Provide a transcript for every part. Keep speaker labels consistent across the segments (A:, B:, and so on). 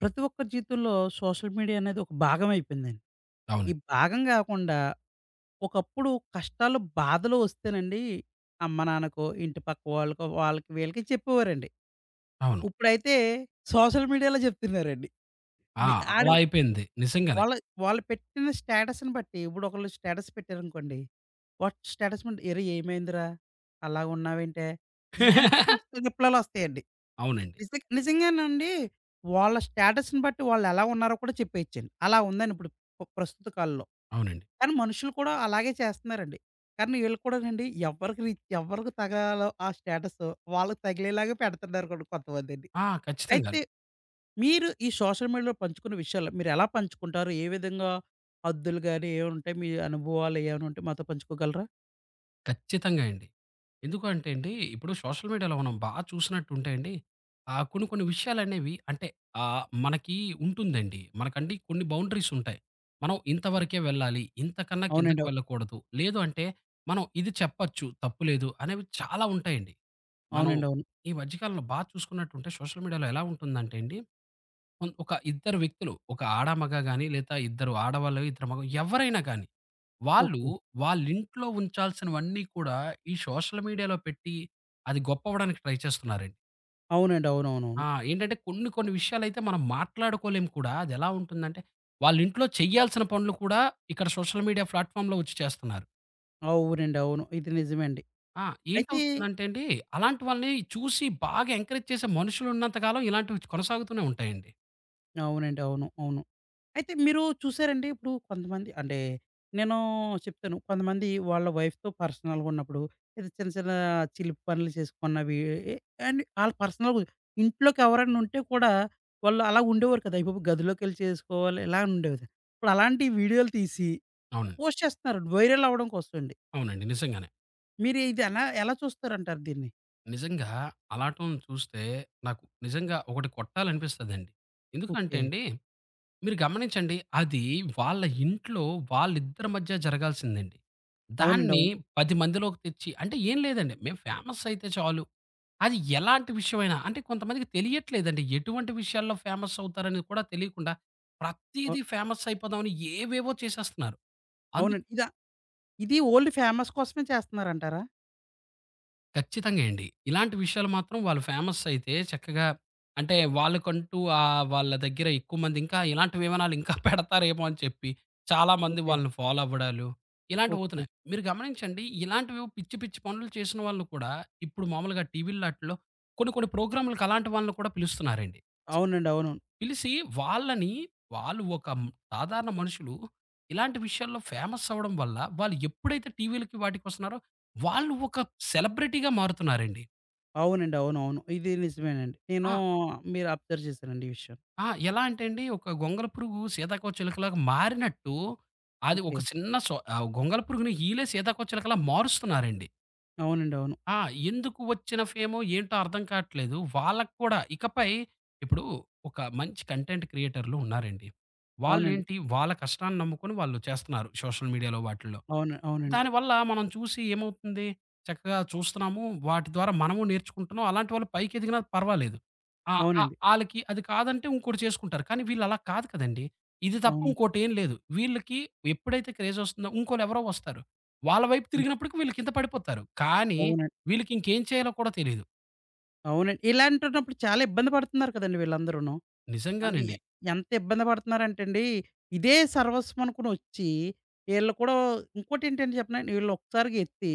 A: ప్రతి ఒక్కరి జీవితంలో సోషల్ మీడియా అనేది ఒక భాగం అయిపోయిందండి.
B: అవును.
A: ఈ భాగం గాకుండా ఒకప్పుడు కష్టాలు, బాధలు వస్తేనండి అమ్మ, నాన్నకో, ఇంటి పక్క వాళ్ళకో, వాళ్ళకి వీళ్ళకి చెప్పేవారండి.
B: అవును.
A: ఇప్పుడైతే సోషల్ మీడియాలో చెప్తున్నారండి.
B: ఆ!
A: ని
B: అలా
A: ఆడు
B: అయిపోయింది. నిజంగానే.
A: వాళ్ళ వాళ్ళు పెట్టిన స్టేటస్‌ని బట్టి ఇప్పుడు ఒకళ్ళు స్టేటస్ పెట్టారనుకోండి. వాట్ స్టేటస్ మీద "ఏరే ఏమైందిరా? అలాగున్నావేంటే?" ఇలాంటివి వస్తాయి రిప్లైలొస్తాయండి.
B: అవునండి.
A: నిజంగానండి. వాళ్ళ స్టేటస్‌ని బట్టి వాళ్ళెలా ఉన్నారో కూడా చెప్పేయొచ్చండి. అలా ఉందండి ఇప్పుడు ప్రస్తుత కాలంలో.
B: అవునండి.
A: కానీ మనుషులు కూడా అలాగే చేస్తన్నారండి. కానీ ఈళ్ళు కూడానండి ఎవరికి రీచ్ ఎవరికి తగాలో ఆ స్టేటస్ వాళ్ళకి తగిలేలాగా పెడుతున్నారు కూడా కొంతమందండి.
B: ఆ! ఖచ్చితంగా.
A: అయితే మీరు ఈ సోషల్ మీడియాలో పంచుకునే విషయాల్లో మీరెలా పంచుకుంటారు? ఏ విధంగా హద్దులు గాని ఏవుంటాయి? మీ అనుభవాలు ఏమైనా ఉంటే మాతో పంచుకోగలరా?
B: ఖచ్చితంగా అండి. ఎందుకు అంటే అండి, ఇప్పుడు సోషల్ మీడియాలో మనం బాగా చూసినట్టుంటే అండి, కొన్ని కొన్ని విషయాలనేవి అంటే మనకి ఉంటుందండి. మనకండి కొన్ని బౌండరీస్ ఉంటాయి. మనం
A: అవు-
B: ఇంతవరకే వెళ్ళాలి. ఇంతకన్నా కిందకి
A: అవునండి.
B: వెళ్ళకూడదు. లేదు అంటే మనం ఇది చెప్పొచ్చు, తప్పు లేదు అనేవి చాలా ఉంటాయండి. మనం
A: అవునండి. అవును.
B: ఈ మధ్య కాలంలో బాగా చూసుకున్నట్టుంటే సోషల్ మీడియాలో ఎలా ఉంటుందంటే అండి ఒక ఇద్దరు వ్యక్తులు, ఒక ఆడ, మగ గాని లేదా ఇద్దరు ఆడవాళ్ళు, ఇద్దరు మగ ఎవరైనా కానీ, వాళ్ళు
A: ఓకే.
B: వాళ్ళింట్లో ఉంచాల్సినవన్నీ కూడా ఈ సోషల్ మీడియాలో పెట్టి, అది గొప్పవ్వడానికి ట్రై చేస్తున్నారండి.
A: అవునండి.
B: ఆ!
A: అవునవునవును.
B: ఏంటంటే కొన్ని కొన్ని విషయాలైతే మనం మాట్లాడుకోలేము కూడా. అదెలా ఉంటుందంటే, వాళ్ళింట్లో చెయ్యాల్సిన పనులు కూడా ఇక్కడ సోషల్ మీడియా ప్లాట్‌ఫామ్‌లో వచ్చి చేస్తున్నారు.
A: అవునండి. అవును. ఇది నిజమే అండి.
B: ఆ!
A: అయితే
B: ఏంటవుతుందంటే అండి, అలాంటి వాళ్ళని చూసి బాగా ఎంకరేజ్ చేసే మనుషులున్నంత కాలం ఇలాంటివి కొనసాగుతూనే ఉంటాయండి.
A: అవునండి. అవును. అవును. అయితే మీరు చూసారండి ఇప్పుడు కొంతమంది అంటే నేను చెప్తాను. కొంతమంది వాళ్ళ వైఫ్‌తో పర్సనల్‌గా ఉన్నప్పుడు ఏదో చిన్న చిన్న చిలిపి పనులు చేసుకున్నవి ఎ అండ్ ఆళ్ళ పర్సనల్‌గా ఇంట్లోకి ఎవరైనా ఉంటే కూడా వాళ్ళు అలా ఉండేవారు కదా! అయ్య బాబోయ్! గదిలోకెళ్ళి చేసుకోవాలి ఇలా ఉండేది. ఇప్పుడు అలాంటి వీడియోలు తీసి
B: అవునండి.
A: పోస్ట్ చేస్తున్నారు వైరల్ అవ్వడం కోసం అండి.
B: అవునండి. నిజంగానే.
A: మీరు ఇది ఎలా ఎలా చూస్తారంటారు దీన్ని?
B: నిజంగా అలాటం చూస్తే నాకు నిజంగా ఒకటి కొట్టాలనిపిస్తదండి. ఎందుకంటే
A: ఓకే.
B: అండి, మీరు గమనించండి అది వాళ్ళ ఇంట్లో వాళ్ళిద్దరి మధ్య జరగాల్సిందండి.
A: అవునండి.
B: దాన్ని
A: అవును.
B: 10 మందిలోకి తెచ్చి అంటే ఏం లేదండి. మేము ఫేమస్ అయితే చాలు. అది ఎలాంటి విషయమైనా అంటే కొంతమందికి తెలియట్లేదండి. ఎటువంటి విషయాల్లో ఫేమస్ అవుతారనేది కూడా తెలియకుండా
A: అ
B: ప్రతీదీ ఫేమస్ అయిపోదామని ఏవేవో చేసేస్తున్నారు.
A: అవునండి. ఇది ఓన్లీ ఫేమస్ కోసమే చేస్తున్నారంటారా?
B: ఖచ్చితంగా అండి. ఇలాంటి విషయాలు మాత్రం వాళ్ళు ఫేమస్ అయితే చక్కగా అంటే వాళ్ళకంటూ వాళ్ళ దగ్గర ఎక్కువ మంది ఇంకా ఇలాంటి వివనాలు ఇంకా పెడతారేమో అని చెప్పి చాలామంది
A: ఓకే.
B: వాళ్ళని ఫాలో అవ్వడాలు ఇలాంటివి
A: ఓకే.
B: అవుతున్నాయి. మీరు గమనించండి ఇలాంటివేవో పిచ్చి పిచ్చి పనులు చేసిన వాళ్ళు కూడా ఇప్పుడు మామూలుగా టీవీ‌ల్లో ఆటిల్లో కొన్ని కొన్ని ప్రోగ్రామ్‌లకి అలాంటి వాళ్ళని కూడా పిలుస్తున్నారండి.
A: అవునండి. అవును.
B: పిలిసి వాళ్ళని వాళ్ళు ఒక సాధారణ మనుషులు ఇలాంటి విషయాల్లో ఫేమస్ అవ్వడం వల్ల వాళ్ళు ఎప్పుడైతే టీవీ‌లకి వాటికొస్తున్నారో వాళ్ళు ఒక సెలబ్రిటీగా మారుతున్నారండి.
A: అవునండి. అవునవును. ఇది నిజమేనండి. నేను
B: ఆ!
A: మీరు అబ్జర్వ్ చేశానండి ఈ విషయం.
B: ఆ! ఎలా అంటే అండి, ఒక గొంగళి పురుగు సీతాకోకచిలుకలాగా మారినట్టు, అది
A: ఓకే.
B: ఒక గొంగళి పురుగుని ఈళ్ళే సీతాకోకచిలుకలా మారుస్తున్నారండి.
A: అవునండి. అవును.
B: ఆ! ఎందుకు వచ్చిన ఫేమో ఏంటో అర్థం కాట్లేదు. వాళ్ళకి కూడా ఇకపై ఇప్పుడు ఒక మంచి కంటెంట్ క్రియేటర్‌లు ఉన్నారండి.
A: అవునండి.
B: వాళ్ళేంటి వాళ్ళ కష్టాన్ని నమ్ముకొని వాళ్ళు చేస్తున్నారు సోషల్ మీడియాలో వాటిల్లో.
A: అవును. అవునండి.
B: దానివల్ల మనం చూసి ఏమవుతుంది, చక్కగా చూస్తున్నాము. వాటి ద్వారా మనము నేర్చుకుంటున్నాం. అలాంటి వాళ్ళు పైకెదిగినా పర్వాలేదు. ఆహ్, ఆహ్,
A: అవునండి.
B: ఆళ్ళకి అది కాదంటే ఇంకోటి చేసుకుంటారు. కానీ వీళ్ళు అలా కాదు కదండీ! ఇది తప్ప
A: అవును.
B: ఇంకోటేం లేదు. వీళ్ళకి ఎప్పుడైతే క్రేజొస్తుందో ఇంకోళ్ళెవరో వస్తారు. వాళ్ళ వైపు
A: హ్మ్.
B: తిరిగినప్పటికి వీళ్ళు కింద పడిపోతారు. కానీ
A: అవునండి.
B: వీళ్ళకి ఇంకేం చేయాలో కూడా తెలీదు.
A: అవునండి. ఇలాంటున్నప్పుడు చాలా ఇబ్బంది పడుతున్నారు కదండీ వీళ్ళందరూను. అంటే
B: నిజంగానండి.
A: ఎంత ఇబ్బంది పడుతున్నారంటేండి, ఇదే సర్వస్వం అనుకుని వచ్చి, ఈళ్ళు కూడా ఇంకోటేంటంటే చెప్పనాండి, ఈళ్ళు ఒకసారిగా ఎత్తి,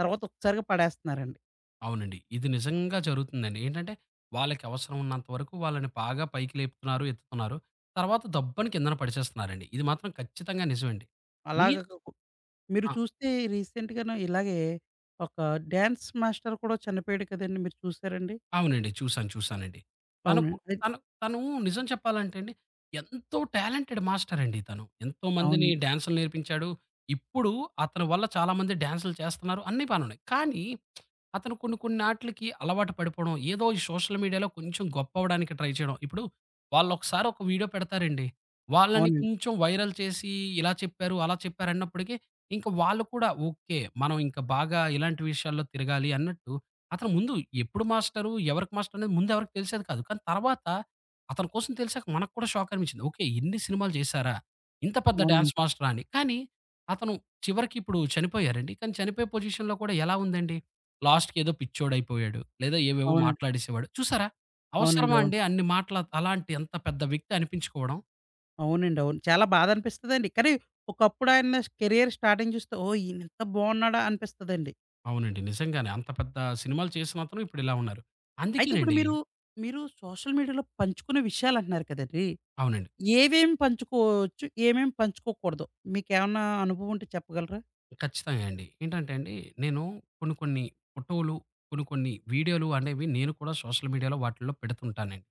A: తర్వాత ఒకసారిగా పడేస్తున్నారండి.
B: అవునండి. ఇది నిజంగా జరుగుతుందండి. ఏంటంటే, వాళ్ళకి అవసరం ఉన్నంత వరకు వాళ్ళని బాగా పైకి లేపుతున్నారు, ఎత్తుతున్నారు. తర్వాత దబ్బని కిందన పడిచేస్తున్నారండి. ఇది మాత్రం ఖచ్చితంగా నిజమండి. నీ
A: అలాగ కు మీరు చూస్తే రీసెంట్‌గాను ఇలాగే ఒక డాన్స్ మాస్టర్ కూడా చనిపోయాడు కదండీ! మీరు చూసారండి?
B: అవునండి. చూసాను. చూసానండి. తనకు
A: అవునండి. అదే
B: తను తను నిజం చెప్పాలంటే అండి, ఎంతో టాలెంటెడ్ మాస్టరండి తను. ఎంతోమందిని
A: అవునండి.
B: డాన్సులు నేర్పించాడు. ఇప్పుడు అతని వల్ల చాలామంది డాన్సులు చేస్తున్నారు. అన్నీ బానే ఉన్నాయి. కానీ అతను కొన్ని కొన్ని ఆటిలకి అలవాటు పడిపోవడం, ఏదో ఈ సోషల్ మీడియాలో కొంచెం గొప్పవ్వడానికి ట్రై చేయడం. ఇప్పుడు వాళ్ళొకసారి ఒక వీడియో పెడతారండి. వాళ్ళని
A: అవునండి.
B: కొంచెం వైరల్ చేసి ఇలా చెప్పారు, అలా చెప్పారు అన్నప్పటికి, ఇంక వాళ్ళు కూడా ఓకే. మనం ఇంకా బాగా ఇలాంటి విషయాల్లో తిరగాలి అన్నట్టు అతను ముందు ఎప్పుడు మాస్టరు, ఎవరికి మాస్టర్ అనేది ముందు ఎవరికీ తెలిసేది కాదు. కానీ తర్వాత అతని కోసం తెలిసాక మనకు కూడా షాక్ అనిపించింది. ఓకే. ఇన్ని సినిమాలు చేశారా? ఇంత పెద్ద డాన్స్
A: అవునండి.
B: మాస్టరా అని. కానీ అతను చివరికి ఇప్పుడు చనిపోయారండి. కానీ చనిపోయే పొజిషన్‌లో కూడా ఎలా ఉందండి? లాస్ట్‌కి ఏదో పిచ్చోడైపోయాడు. లేదా ఏవేవో
A: అవునండి.
B: మాట్లాడేసేవాడు. చూసారా?
A: అవునండి.
B: అవసరమా
A: అవును.
B: అండి అన్ని మాటలు అలాంటి అంత పెద్ద వ్యక్తి అనిపించుకోవడం?
A: అవునండి. అవును. చాలా బాధనిపిస్తదండి. కానీ, ఒకప్పుడు ఆయన కెరియర్ స్టార్టింగ్ చూస్తే, ఓహ్! ఈయనింత బాగున్నాడా అనిపిస్తదండి.
B: అవునండి. నిజంగానే అంత పెద్ద సినిమాలు చేసిన అతను ఇప్పుడు ఇలా ఉన్నారు.
A: అయితే ఇప్పుడు
B: అందుకేనండి
A: మీరు, మీరు సోషల్ మీడియాలో పంచుకునే విషయాలంటున్నారు కదండీ!
B: అవునండి.
A: ఏవేమి పంచుకోవచ్చు? ఏమేమి పంచుకోకూడదు? మీకేమన్నా అనుభవం ఉంటే చెప్పగలరా?
B: ఖచ్చితంగా అండి. ఏంటంటే అండి, నేను కొన్ని కొన్ని ఫోటోలు, కొన్ని కొన్ని వీడియోలు అనేవి నేను కూడా సోషల్ మీడియాలో వాటిల్లో పెడుతుంటానండి.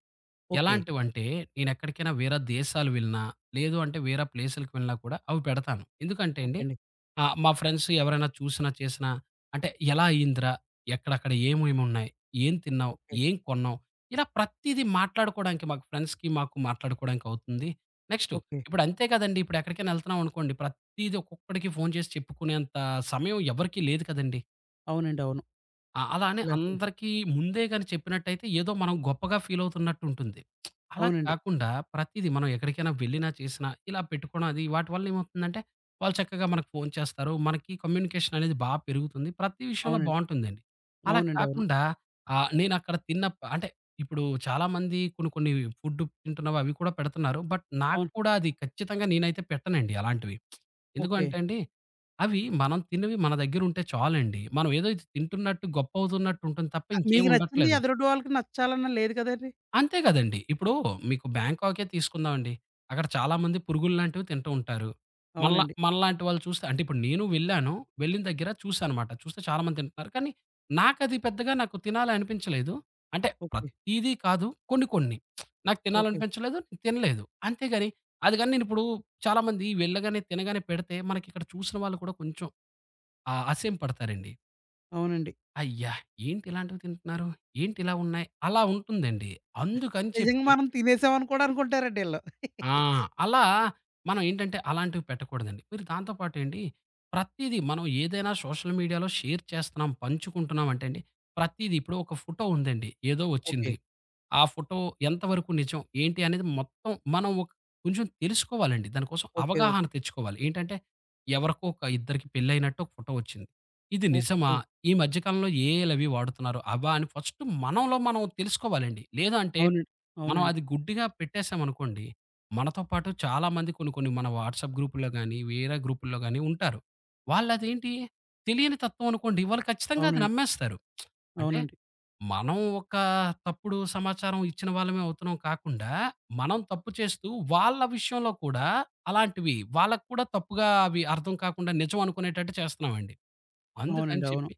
A: ఓకే.
B: ఎలాంటివంటే, నేనెక్కడికైనా వేరే దేశాలు వెళ్ళినా, లేదు అంటే వేరే ప్లేసులకి వెళ్ళినా కూడా అవి పెడతాను. ఎందుకంటే
A: ఓకే
B: అండి,
A: అండి.
B: మా ఫ్రెండ్స్ ఎవరైనా చూసినా, చేసినా అంటే, "ఎలా అయిందిరా? ఎక్కడక్కడ ఏమేమున్నాయి? ఏం తిన్నావు?
A: ఓకే.
B: ఏం కొన్నావు?" ఇలా ప్రతీదీ మాట్లాడుకోవడానికి మాకు ఫ్రెండ్స్‌కి, మాకు మాట్లాడుకోవడానికి అవుతుంది. Next
A: okay.
B: ఇప్పుడు అంతే కదండీ! ఇప్పుడు ఎక్కడికైనా ఎళ్తున్నామనుకోండి, ప్రతీదీ ఒక్కొక్కడికి ఫోను చేసి చెప్పుకునేంత సమయం ఎవరికీ లేదు కదండీ!
A: అవునండి. అవును.
B: ఆ! అలా అని
A: ఇలాంటివి.
B: అందరికీ ముందే గాని చెప్పినట్టయితే ఏదో మనం గొప్పగా ఫీల్ అవుతున్నట్టు ఉంటుంది. అలా
A: అవునండి.
B: కాకుండా ప్రతీదీ మనం ఎక్కడికైనా వెళ్ళినా, చేసినా ఇలా పెట్టుకోవడం అది వాటి వల్ల ఏమవుతుందంటే, వాళ్ళు చక్కగా మనకు ఫోను చేస్తారు. మనకి కమ్యూనికేషన్ అనేది బా పెరుగుతుంది. ప్రతి విషయంలో
A: అవునండి.
B: బావుంటుందండి. అలా
A: అవునండి. అవును.
B: కాకుండా నేనక్కడ తిన్న ప అంటే ఇప్పుడు చాలామంది కొన్ని కొన్ని ఫుడ్ తింటున్నవి అవి కూడా పెడుతున్నారు. బట్ నాకు
A: అవును.
B: కూడా అది ఖచ్చితంగా నేనైతే పెట్టనండి అలాంటివి. ఎందుకు
A: ఓకే.
B: అంటే అండి అవి మనం తిన్నవి మన దగ్గరుంటే చాలండి. మనం ఏదో ఇది తింటున్నట్టు గొప్పవుతున్నట్టు ఉంటుంది తప్ప ఇంకేం
A: మీకు నచ్చింది
B: ఉండట్లేదు.
A: ఎదురుటి వాళ్ళకి నచ్చాలన్న లేదు కదండీ!
B: అంతే గదండీ! ఇప్పుడు మీకు బ్యాంకాకే తీసుకుందామండి. అక్కడ చాలామంది పురుగుల్లాంటివి తింటూ ఉంటారు.
A: అవునండి.
B: మనలాంటి వాళ్ళు చూస్తే అంటే ఇప్పుడు నేను వెళ్ళాను. వెళ్ళిన దగ్గర చూసానమాట. చూస్తే చాలామంది తింటున్నారు. కానీ నాకది పెద్దగా నాకు తినాలి అనిపించలేదు. అంటే
A: ఓకే.
B: ప్రతీదీ కాదు కొన్ని కొన్ని. నాకు
A: ఓకే.
B: తినాలనిపించలేదు. నేను తినలేదు. అంతేగాని అది గాని నేనిప్పుడు చాలామంది వెళ్ళగానే తినగానే పెడితే మనకిక్కడ చూసిన వాళ్ళు కూడా కొంచెం ఆ! అసహ్యపడతారండి.
A: అవునండి.
B: అయ్యా! ఏంటి ఇలాంటివి తింటున్నారు? ఏంటి ఇలా ఉన్నాయి? అలా ఉంటుందండి. అందుకని
A: నిజంగా
B: చెప్పి
A: మనం తినేసామని కూడా అనుకుంటారండి ఈళ్ళు.
B: ఆ! అలా మనం ఏంటంటే అలాంటివి పెట్టకూడదండి. మీరు దాంతో పాటండి ప్రతీదీ మనం ఏదైనా సోషల్ మీడియాలో షేర్ చేస్తున్నాం, పంచుకుంటున్నాం అంటే అండి ప్రతీదీ ఇప్పుడు ఒక ఫోటో ఉందండి. ఏదో
A: ఓకే.
B: వచ్చింది. ఆ ఫోటో ఎంతవరకు నిజం, ఏంటి అనేది మొత్తం మనం ఒక కొంచెం తెలుసుకోవాలండి. దాని కోసం
A: ఓకే.
B: అవగాహన
A: ఓకే.
B: తెచ్చుకోవాలి. ఏంటంటే ఎవరికో ఒక ఇద్దరికి పెళ్లయినట్టు ఒక ఫోటో వచ్చింది. ఇది నిజమా?
A: ఓకే.
B: ఈ మధ్య కాలంలో ఏఐలవి వాడుతున్నారు. అవా? అని ఫస్ట్ మనంలో మనం తెలుసుకోవాలండి. లేదంటే
A: అవునండి.
B: మనం
A: అవునండి.
B: అది గుడ్డిగా పెట్టేసామనుకోండి, మనతో పాటు చాలామంది కొన్ని కొన్ని మన వాట్సాప్ గ్రూపుల్లో గానీ, వేరే గ్రూపుల్లో గానీ ఉంటారు. వాళ్ళదేంటి తెలియని తత్వం అనుకోండి, వాళ్ళు ఖచ్చితంగా అది
A: అవునండి.
B: నమ్మేస్తారు. అంటే
A: అవునండి.
B: మనం ఒక తప్పుడు సమాచారం ఇచ్చిన వాళ్ళమే అవుతున్నాం కాకుండా, మనం తప్పు చేస్తూ వాళ్ళ విషయంలో కూడా అలాంటివి వాళ్ళకి కూడా తప్పుగా అవి అర్థం కాకుండా నిజం అనుకునేటట్టు చేస్తున్నామండి. అందుకని
A: అవునండి. అవును.
B: చెప్పి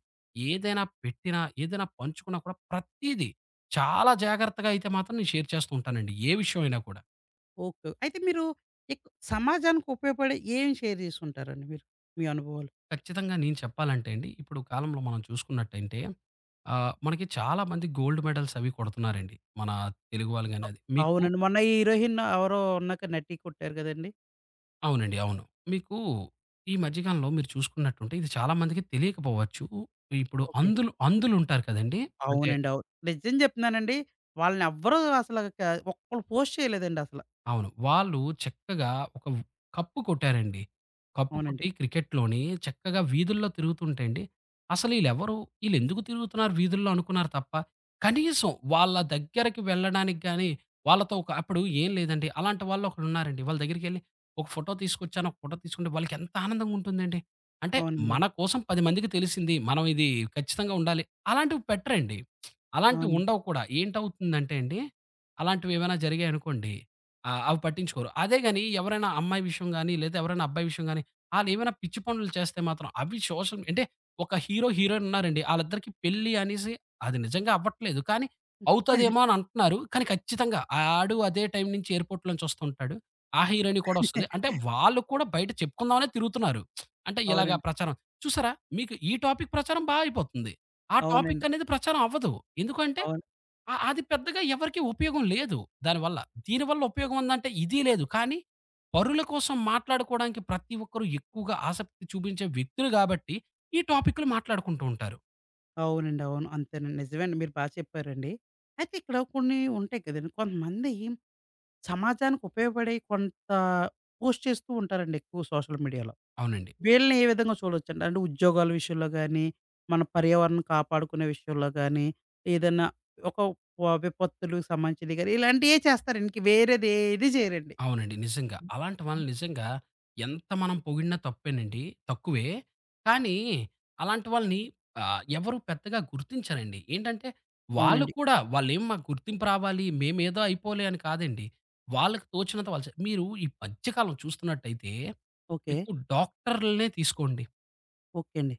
B: ఏదైనా పెట్టినా, ఏదైనా పంచుకున్నా కూడా ప్రతీదీ చాలా జాగ్రత్తగా అయితే మాత్రం నేను షేర్ చేస్తూ ఉంటానండి. ఏ విషయం అయినా కూడా.
A: ఓకే. అయితే మీరు ఎక్కు సమాజానికి ఉపయోగపడే ఏం షేర్ చేసుకుంటారండి మీరు? మీ అనుభవాలు?
B: ఖచ్చితంగా నేను చెప్పాలంటే అండి, ఇప్పుడు కాలంలో మనం చూసుకున్నట్టంటే మనకి చాలా మంది గోల్డ్ మెడల్స్ అవి కొడుతున్నారండి. మన తెలుగు వాళ్ళు గాని అది. మీకు
A: అవునండి. మొన్న ఈ హీరోయిన్ ఎవరో ఉన్నాక నటి కొట్టారు కదండీ!
B: అవునండి. అవును. మీకు ఈ మధ్య కాలంలో మీరు చూసుకున్నట్టుంటే ఇది చాలా మందికి తెలియకపోవచ్చు. ఇప్పుడు
A: ఓకే.
B: అంధులు, అంధులుంటారు కదండీ! అంటే
A: అవునండి. అవును. నిజం చెప్తున్నానండి. వాళ్ళని ఎవ్వరూ అసల క ఒక్కళ్ళు పోస్ట్ చేయలేదండి అసల.
B: అవును. వాళ్ళు చక్కగా ఒక కప్పు కొట్టారండి. కప్పు
A: అవునండి.
B: కొట్టి క్రికెట్‌లోని చక్కగా వీధుల్లో తిరుగుతుంటే అండి, అసలు ఈళ్ళెవరు? ఈళ్ళెందుకు తిరుగుతున్నారు వీధుల్లో అనుకున్నారు తప్ప, కనీసం వాళ్ళ దగ్గరకి వెళ్ళడానికి గాని, వాళ్ళతో ఒక అప్పుడు ఏం లేదండి. అలాంటి వాళ్ళు ఒకళ్ళున్నారండి. వాళ్ళ దగ్గరికెళ్ళి ఒక ఫోటో తీసుకొచ్చాను, ఒక ఫోటో తీసుకుంటే వాళ్ళకి ఎంత ఆనందంగా ఉంటుందండి. అంటే
A: అవునండి.
B: మన కోసం 10 మందికి తెలిసింది. మనం ఇది ఖచ్చితంగా ఉండాలి. అలాంటివి పెట్టరండి. అలాంటివి
A: అవునండి.
B: ఉండవు కూడా. ఏంటవుతుందంటే అండి, అలాంటివేమైనా జరిగాయనుకోండి ఆ! అవి పట్టించుకోరు. అదే గాని ఎవరైనా అమ్మాయి విషయం గాని, లేదా ఎవరైనా అబ్బాయి విషయం గాని, ఆళ్ళేమైనా పిచ్చి పనులు చేస్తే మాత్రం అవి సోషల్ అంటే ఒక హీరో, హీరోయిన్ ఉన్నారండి. ఆళ్ళిద్దరికీ పెళ్లి అనేసి అది నిజంగా అవ్వట్లేదు. కానీ అవుతదేమో అని అంటున్నారు. కానీ ఖచ్చితంగా ఆడు అదే టైం నుంచి ఎయిర్‌పోర్ట్ నుంచి వస్తుంటాడు. ఆ హీరోయిన్ కూడా వస్తది. అంటే వాళ్ళు కూడా బయట చెప్పుకుందామనే తిరుగుతున్నారు. అంటే ఇలాగా
A: అవునండి.
B: ప్రచారం. చూసారా? మీకు ఈ టాపిక్ ప్రచారం బా అయిపోతుంది. ఆ టాపిక్
A: అవునండి.
B: అనేది ప్రచారం అవ్వదు. ఎందుకంటే
A: అవును.
B: ఆ! అది పెద్దగా ఎవరికీ ఉపయోగం లేదు దానివల్ల. దీనివల్ల ఉపయోగం ఉందంటే ఇది లేదు. కానీ పరుల కోసం మాట్లాడుకోవడానికి ప్రతి ఒక్కరు ఎక్కువగా ఆసక్తి చూపించే వ్యక్తులు గాబట్టి ఈ టాపిక్‌లు మాట్లాడుకుంటూ ఉంటారు.
A: అవునండి. అవును. అంతేనండి. నిజమేనండి. మీరు బా చెప్పారండి. అయితే ఇక్కడ కొన్ని ఉంటాయి కదండీ! కొంతమంది సమాజానికి ఉపయోగపడే కొంత పోస్ట్ చేస్తూ ఉంటారండి ఎక్కువ సోషల్ మీడియాలో.
B: అవునండి.
A: వీళ్ళని ఏ విధంగా చూడొచ్చండి? అంటే ఉద్యోగాల విషయంలో గానీ, మన పర్యావరణం కాపాడుకునే విషయంలో గానీ, ఏదన్నా ఒక విపత్తులకు సంబంధించినవి గానీ, ఇలాంటియే చేస్తారండి. ఇంక వేరేది ఏది చేయరండి.
B: అవునండి. నిజంగా. అలాంటి వాళ్ళని నిజంగా ఎంత మనం పొగిడినా తప్పేనండి. తక్కువే. కానీ అలాంటి వాళ్ళని ఎవరు పెద్దగా గుర్తించరండి. ఏంటంటే వాళ్ళు
A: అవునండి.
B: కూడా వాళ్ళేం మాకు గుర్తింపు రావాలి, మేమేదో అయిపోలే అని కాదండి. వాళ్ళకి తోచినంత వాళ్ళు చే మీరు ఈ మధ్య కాలం చూస్తున్నట్టయితే
A: ఓకే.
B: మీకు డాక్టర్‌లనే తీసుకోండి.
A: ఓకే అండి.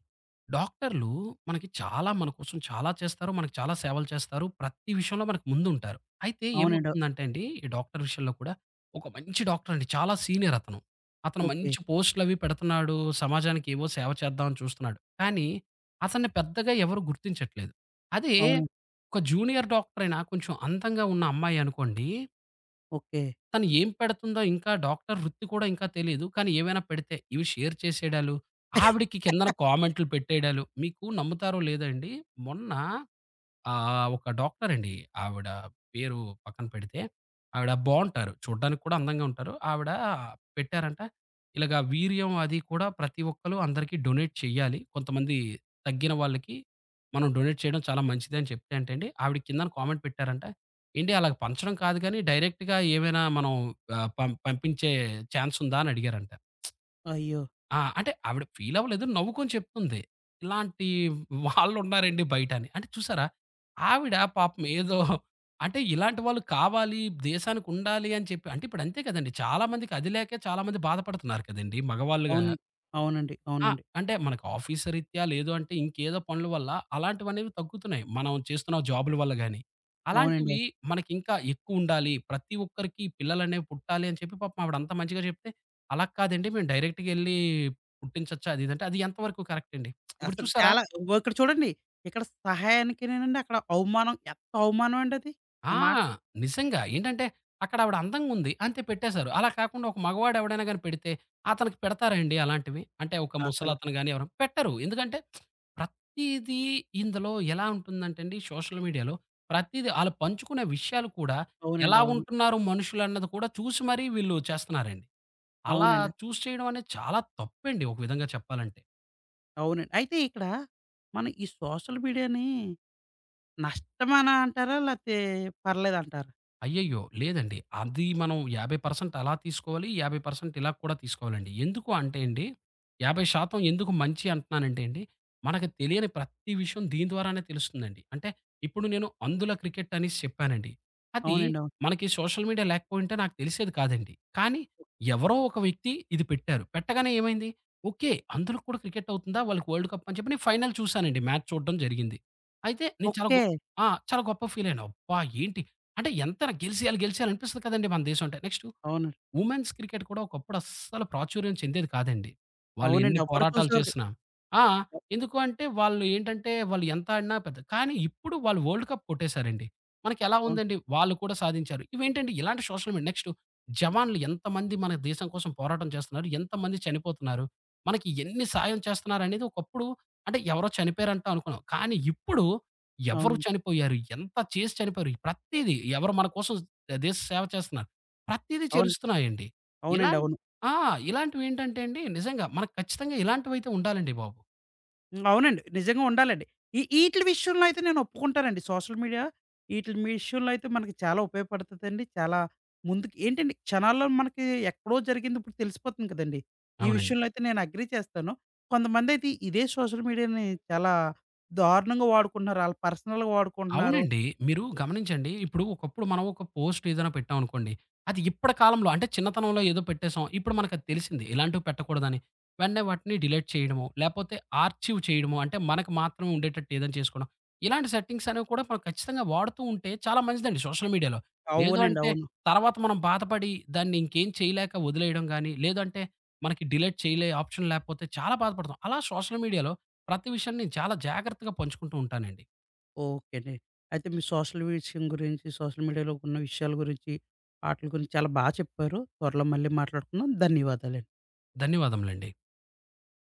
B: డాక్టర్‌లు మనకి చాలా మన కోసం చాలా చేస్తారు. మనకు చాలా సేవలు చేస్తారు. ప్రతి విషయంలో మనకు ముందుంటారు. అయితే
A: అవునండి.
B: ఏమవుతుందంటే అండి, ఈ డాక్టర్ విషయంలో కూడా ఒక మంచి డాక్టర్ అండి. చాలా సీనియర్ అతను. అతను
A: ఓకే.
B: మంచి పోస్ట్‌లవి పెడుతున్నాడు. సమాజానికి ఏవో సేవ చేద్దామని చూస్తున్నాడు. కానీ అతన్ని పెద్దగా ఎవరు గుర్తించట్లేదు. అదే
A: అవునండి.
B: ఒక జూనియర్ డాక్టర్ అయినా కొంచెం అందంగా ఉన్న అమ్మాయి అనుకోండి
A: ఓకే.
B: తను ఏం పెడుతుందో ఇంకా డాక్టర్ వృత్తి కూడా ఇంకా తెలీదు. కానీ ఏవైనా పెడితే ఇవి షేర్ చేసేయడాలు, ఆవిడకి కిందన కామెంట్‌లు పెట్టేయడాలు. మీకు నమ్ముతారో లేదో అండి మొన్న ఆ! ఆ! ఒక డాక్టరండి. ఆవిడ పేరు పక్కన పెడితే, ఆవిడ బావుంటారు. చూడ్డానికి కూడా అందంగా ఉంటారు. ఆవిడ పెట్టారంట, ఇలాగ వీర్యం అది కూడా ప్రతి ఒక్కళ్ళు అందరికీ డొనేట్ చెయ్యాలి. కొంతమంది తగ్గిన వాళ్ళకి మనం డొనేట్ చేయడం చాలా మంచిదని చెప్తే అంటండి, ఆవిడ కిందన కామెంట్ పెట్టారంట, "ఏండి అలాగ పంచడం కాదు గానీ, డైరెక్ట్‌గా ఏమైనా మనం ఆహ్, పం పంపించే ఛాన్స్ ఉందా?" అని అడిగారంట.
A: అయ్యో!
B: ఆ! అంటే ఆవిడ ఫీల్ అవ్వలేదు. నవ్వుకొని చెప్తుంది. ఇలాంటి వాళ్ళున్నారండి బయట అని. అంటే చూసారా? ఆవిడ పాపం ఏదో అంటే ఇలాంటి వాళ్ళు కావాలి, దేశానికుండాలి అని చెప్పి అంటే ఇప్పుడు అంతే కదండీ! చాలా మందికి అది లేకే చాలా మంది బాధపడుతున్నారు కదండీ! మగవాళ్ళుగా
A: అవును. అవునండి.
B: ఆ!
A: అవునండి.
B: అంటే మనకు ఆఫీస్ రీత్యా లేదు అంటే ఇంకేదో పనుల వల్ల అలాంటివనేవి తగ్గుతున్నాయి. మనం చేస్తున్న జాబుల వల్ల గాని.
A: అవునండి.
B: అలాంటివి
A: అవును.
B: మనకింకా ఎక్కువుండాలి. ప్రతి ఒక్కరికి పిల్లలనేవి పుట్టాలి అని చెప్పి పాపం ఆవిడంత మంచిగా చెప్తే, అలా కాదండి మేము డైరెక్ట్‌గెళ్ళి పుట్టించొచ్చా అది ఇది అంటే, అది ఎంతవరకు కరెక్ట్ అండి? ఇప్పుడు
A: అసలు
B: చూసారా
A: చాలా ఇగో ఇక్కడ చూడండి. ఇక్కడ సహాయానికేనేనండి అక్కడ అవమానం. ఎంత అవమానం అండి అది. ఆ
B: ఆ!
A: మాట
B: నిజంగా. ఏంటంటే అక్కడ ఆవిడ అందంగుంది. అంతే పెట్టేశారు. అలా కాకుండా ఒక మగవాడు ఎవడైనా గాని పెడితే అతనికి పెడతారా అండి అలాంటివి? అంటే ఒక
A: అసల.
B: ముసలతను గాని ఎవరైనా పెట్టరు. ఎందుకంటే ప్రతీదీ ఇందులో ఎలా ఉంటుందంటే అండి సోషల్ మీడియాలో ప్రతీదీ ఆళ్ళు పంచుకునే విషయాలు కూడా ఎలా
A: అవునండి. అవును.
B: ఉంటున్నారు మనుషులన్నది కూడా చూసి మరీ వీళ్ళు చేస్తున్నారండి. అలా
A: అవునండి.
B: చూసి చేయడం అనేది చాలా తప్పండి ఒక విధంగా చెప్పాలంటే.
A: అవునండి. అయితే ఇక్కడ మనం ఈ సోషల్ మీడియాని నష్టమనా అంటారా? లేతే పర్లేదంటారా?
B: అయ్యయ్యో! లేదండి. అది మనం 50% అలా తీసుకోవాలి. 50% ఇలా కూడా తీసుకోవాలండి. ఎందుకు అంటే అండి, 50% ఎందుకు మంచి అంటున్నానంటే అండి, మనకు తెలియని ప్రతి విషయం దీని ద్వారానే తెలుస్తుందండి. అంటే ఇప్పుడు నేను అంధుల క్రికెట్ అనేసి చెప్పానండి. అది
A: అవునండి. అవును.
B: మనకి సోషల్ మీడియా లేకపోయుంటే నాకు తెలిసేది కాదండి. కానీ ఎవరో ఒక వ్యక్తి ఇది పెట్టారు. పెట్టగానే ఏమైంది, ఓకే. అందులో కూడా క్రికెట్ అవుతుందా? వాళ్ళకి వరల్డ్ కప్ అని చెప్పి నేను ఫైనల్ చూసానండి. మ్యాచ్ చూడడం జరిగింది. అయితే నేను చాలా
A: ఓకే.
B: గొ ఆ! చాలా గొప్పగా ఫీల్ అయ్యాను. అబ్బా! ఏంటి అంటే ఎంత గెలిసేయాలి గెలిసేయాలి అనిపిస్తది కదండీ మన దేశం అంటే. నెక్స్టు,
A: అవునండి.
B: ఉమెన్స్ క్రికెట్ కూడా ఒకప్పుడు అస్సలు ప్రాచుర్యం చెందేది కాదండి. వాళ్ళు ఎన్ని
A: అవునండి. ఎవ్వరు
B: పోరాటాలు
A: చూసేవారు కాదు.
B: చేసినా. ఆ! ఎందుకు అంటే వాళ్ళు ఏంటంటే వాళ్ళు ఎంత ఆడినా పెద్ద కానీ ఇప్పుడు వాళ్ళు వరల్డ్ కప్ కొట్టేసారండి. మనకెలా
A: అవును.
B: ఉందండి? వాళ్ళు కూడా సాధించారు. ఇవేంటండి ఇలాంటి సోషల్ మీడియా నెక్స్ట్ జవాన్లు ఎంతమంది మన దేశం కోసం పోరాటం చేస్తున్నారు? ఎంతమంది చనిపోతున్నారు? మనకి ఎన్ని సాయం చేస్తున్నారనేది ఒకప్పుడు అంటే ఎవరో చనిపోయారంట అనుకున్నాం. కానీ ఇప్పుడు ఎవరు
A: అవునండి.
B: చనిపోయారు? ఎంత చేసి చనిపోయారు? ప్రతీదీ ఎవరు మన కోసం దేశ సేవ చేస్తున్నారు? ప్రతీదీ
A: అవును.
B: చేలుస్తున్నాయండి.
A: అవునండి.
B: ఇలాం
A: అవును.
B: ఆ! ఇలాంటివేంటంటే అండి నిజంగా మనకు ఖచ్చితంగా ఇలాంటివైతే ఉండాలండి బాబు.
A: హ్మ్. అవునండి. నిజంగా ఉండాలండి. ఈ ఈటిల విషయంలో అయితే నేను ఒప్పుకుంటానండి. సోషల్ మీడియా ఈటిల విషయంలో అయితే మనకి చాలా ఉపయోగపడతదండి. చాలా ముందుకి ఏంటండి క్షణాల్లో మనకి ఎక్కడో జరిగింది ఇప్పుడు తెలిసిపోతుంది కదండీ! ఈ
B: అవునండి.
A: విషయంలో అయితే నేను అగ్రీ చేస్తాను. కొంతమందైతే ఇదే సోషల్ మీడియాని చాలా దారుణంగా వాడుకుంటున్నారు. ఆళ్ళు పర్సనల్‌గా వాడుకుంటున్నారు.
B: అవునండి. మీరు గమనించండి. ఇప్పుడు ఒకప్పుడు మనం ఒక పోస్ట్ ఏదైనా పెట్టామనుకోండి. అది ఇప్పటి కాలంలో అంటే చిన్నతనంలో ఏదో పెట్టేసాం. ఇప్పుడు మనకది తెలిసింది. ఇలాంటివి పెట్టకూడదని. వెంటనే వాటిని డిలీట్ చేయడమో, లేపోతే ఆర్చీవ్ చేయడమో అంటే మనకు మాత్రమే ఉండేటట్టు ఏదైనా చేసుకోవడం. ఇలాంటి సెట్టింగ్స్ అనేవి కూడా మనం ఖచ్చితంగా వాడుతూ ఉంటే చాలా మంచిదండి సోషల్ మీడియాలో. లేదు
A: అవునండి.
B: అంటే
A: అవును.
B: తర్వాత మనం బాధపడి దాన్ని ఇంకేం చేయలేక వదిలేయడం గానీ, లేదంటే మనకి డిలీట్ చేయలే ఆప్షన్ లేకపోతే చాలా బాధపడతాం. అలా సోషల్ మీడియాలో ప్రతి విషయాన్ని నేను చాలా జాగ్రత్తగా పంచుకుంటూ ఉంటానండి.
A: ఓకే అండి. అయితే మీ సోషల్ విషయం గురించి, సోషల్ మీడియాలో ఉన్న విషయాల గురించి, ఆటిల గురించి చాలా బా చెప్పారు. త్వరలో మళ్ళీ మాట్లాడుకుందాం. ధన్యవాదాలండి.
B: ధన్యవాదములండి.